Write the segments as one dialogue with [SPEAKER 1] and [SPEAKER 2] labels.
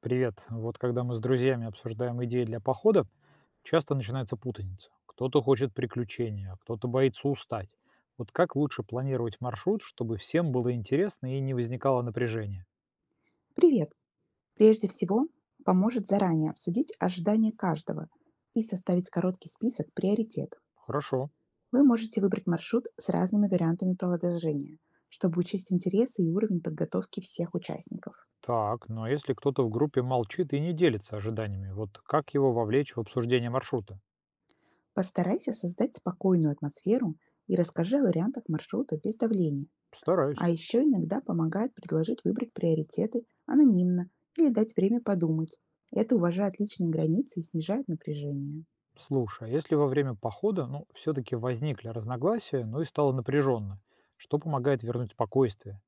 [SPEAKER 1] Привет. Вот когда мы с друзьями обсуждаем идеи для похода, часто начинается путаница. Кто-то хочет приключения, а кто-то боится устать. Вот как лучше планировать маршрут, чтобы всем было интересно и не возникало напряжения?
[SPEAKER 2] Привет! Прежде всего, поможет заранее обсудить ожидания каждого и составить короткий список приоритетов.
[SPEAKER 1] Хорошо.
[SPEAKER 2] Вы можете выбрать маршрут с разными вариантами продолжения, чтобы учесть интересы и уровень подготовки всех участников.
[SPEAKER 1] Так, но если кто-то в группе молчит и не делится ожиданиями, вот как его вовлечь в обсуждение маршрута?
[SPEAKER 2] Постарайся создать спокойную атмосферу и расскажи о вариантах маршрута без давления.
[SPEAKER 1] Стараюсь.
[SPEAKER 2] А еще иногда помогает предложить выбрать приоритеты анонимно или дать время подумать. Это уважает личные границы и снижает напряжение.
[SPEAKER 1] Слушай, а если во время похода, ну, все-таки возникли разногласия, ну и стало напряженно, что помогает вернуть спокойствие?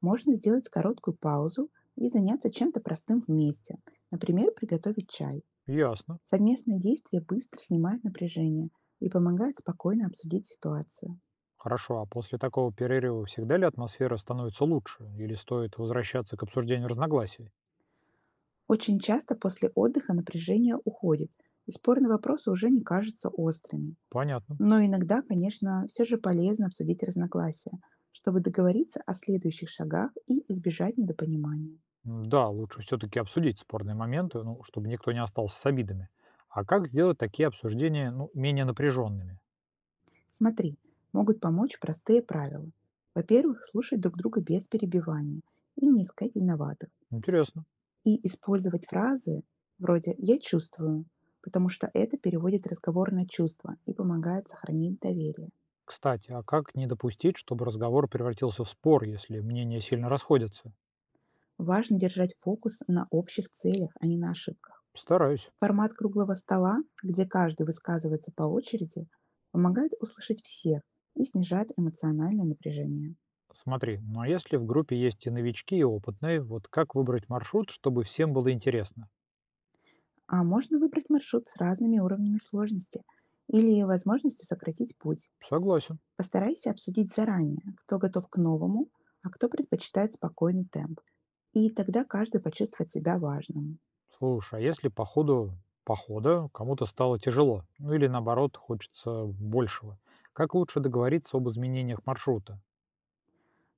[SPEAKER 2] Можно сделать короткую паузу и заняться чем-то простым вместе. Например, приготовить чай.
[SPEAKER 1] Ясно.
[SPEAKER 2] Совместное действие быстро снимает напряжение и помогает спокойно обсудить ситуацию.
[SPEAKER 1] Хорошо, а после такого перерыва всегда ли атмосфера становится лучше? Или стоит возвращаться к обсуждению разногласий?
[SPEAKER 2] Очень часто после отдыха напряжение уходит, и спорные вопросы уже не кажутся острыми.
[SPEAKER 1] Понятно.
[SPEAKER 2] Но иногда, конечно, все же полезно обсудить разногласия, чтобы договориться о следующих шагах и избежать недопонимания.
[SPEAKER 1] Да, лучше все-таки обсудить спорные моменты, ну, чтобы никто не остался с обидами. А как сделать такие обсуждения, ну, менее напряженными?
[SPEAKER 2] Смотри, могут помочь простые правила. Во-первых, слушать друг друга без перебивания и не искать виноватых.
[SPEAKER 1] Интересно.
[SPEAKER 2] И использовать фразы вроде «я чувствую», потому что это переводит разговор на чувства и помогает сохранить доверие.
[SPEAKER 1] Кстати, а как не допустить, чтобы разговор превратился в спор, если мнения сильно расходятся?
[SPEAKER 2] Важно держать фокус на общих целях, а не на ошибках.
[SPEAKER 1] Стараюсь.
[SPEAKER 2] Формат круглого стола, где каждый высказывается по очереди, помогает услышать всех и снижает эмоциональное напряжение.
[SPEAKER 1] Смотри, ну а если в группе есть и новички, и опытные, вот как выбрать маршрут, чтобы всем было интересно?
[SPEAKER 2] А можно выбрать маршрут с разными уровнями сложности или возможностью сократить путь.
[SPEAKER 1] Согласен.
[SPEAKER 2] Постарайся обсудить заранее, кто готов к новому, а кто предпочитает спокойный темп. И тогда каждый почувствует себя важным.
[SPEAKER 1] Слушай, а если по ходу похода кому-то стало тяжело, ну или наоборот, хочется большего, как лучше договориться об изменениях маршрута?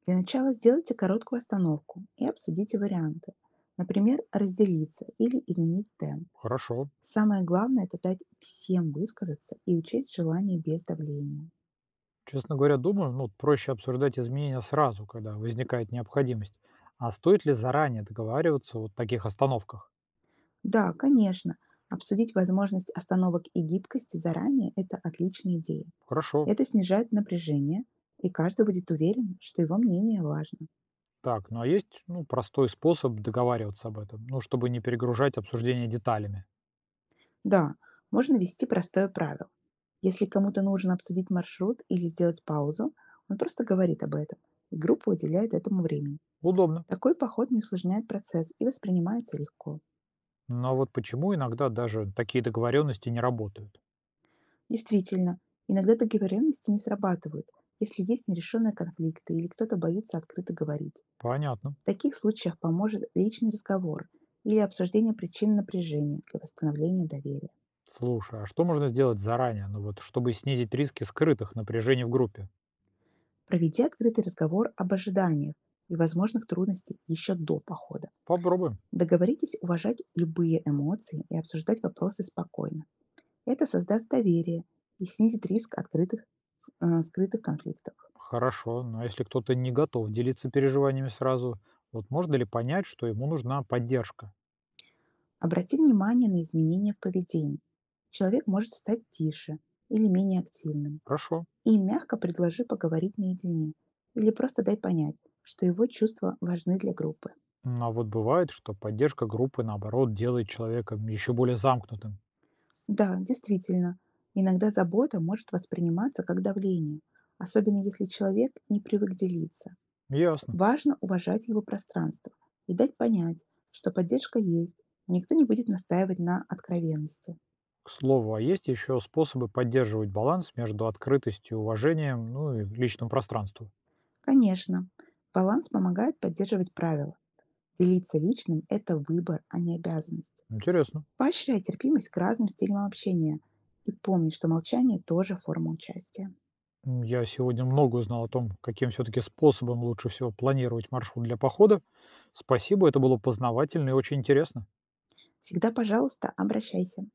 [SPEAKER 2] Для начала сделайте короткую остановку и обсудите варианты. Например, разделиться или изменить темп.
[SPEAKER 1] Хорошо.
[SPEAKER 2] Самое главное– это дать всем высказаться и учесть желание без давления.
[SPEAKER 1] Честно говоря, думаю, ну, проще обсуждать изменения сразу, когда возникает необходимость. А стоит ли заранее договариваться о таких остановках?
[SPEAKER 2] Да, конечно, обсудить возможность остановок и гибкости заранее– это отличная идея.
[SPEAKER 1] Хорошо.
[SPEAKER 2] Это снижает напряжение, и каждый будет уверен, что его мнение важно.
[SPEAKER 1] Так, ну а есть, ну, простой способ договариваться об этом, ну, чтобы не перегружать обсуждение деталями.
[SPEAKER 2] Да, можно ввести простое правило. Если кому-то нужно обсудить маршрут или сделать паузу, он просто говорит об этом, и группа уделяет этому времени.
[SPEAKER 1] Удобно.
[SPEAKER 2] Такой поход не усложняет процесс и воспринимается легко.
[SPEAKER 1] Но вот почему иногда даже такие договоренности не работают?
[SPEAKER 2] Действительно, иногда договоренности не срабатывают, если есть нерешенные конфликты или кто-то боится открыто говорить.
[SPEAKER 1] Понятно.
[SPEAKER 2] В таких случаях поможет личный разговор или обсуждение причин напряжения для восстановления доверия.
[SPEAKER 1] Слушай, а что можно сделать заранее, ну вот, чтобы снизить риски скрытых напряжений в группе?
[SPEAKER 2] Проведите открытый разговор об ожиданиях и возможных трудностях еще до похода.
[SPEAKER 1] Попробуем.
[SPEAKER 2] Договоритесь уважать любые эмоции и обсуждать вопросы спокойно. Это создаст доверие и снизит риск открытых, скрытых конфликтов.
[SPEAKER 1] Хорошо, но если кто-то не готов делиться переживаниями сразу, вот можно ли понять, что ему нужна поддержка?
[SPEAKER 2] Обрати внимание на изменения в поведении. Человек может стать тише или менее активным.
[SPEAKER 1] Хорошо.
[SPEAKER 2] И мягко предложи поговорить наедине или просто дай понять, что его чувства важны для группы.
[SPEAKER 1] Ну, а вот бывает, что поддержка группы, наоборот, делает человека еще более замкнутым.
[SPEAKER 2] Да, действительно, иногда забота может восприниматься как давление, особенно если человек не привык делиться.
[SPEAKER 1] Ясно.
[SPEAKER 2] Важно уважать его пространство и дать понять, что поддержка есть, и никто не будет настаивать на откровенности.
[SPEAKER 1] К слову, а есть еще способы поддерживать баланс между открытостью и уважением, ну и личным пространством?
[SPEAKER 2] Конечно, баланс помогает поддерживать правила. Делиться личным– это выбор, а не обязанность.
[SPEAKER 1] Интересно.
[SPEAKER 2] Поощряй терпимость к разным стилям общения и помни, что молчание тоже форма участия.
[SPEAKER 1] Я сегодня много узнал о том, каким все-таки способом лучше всего планировать маршрут для похода. Спасибо, это было познавательно и очень интересно.
[SPEAKER 2] Всегда, пожалуйста, обращайся.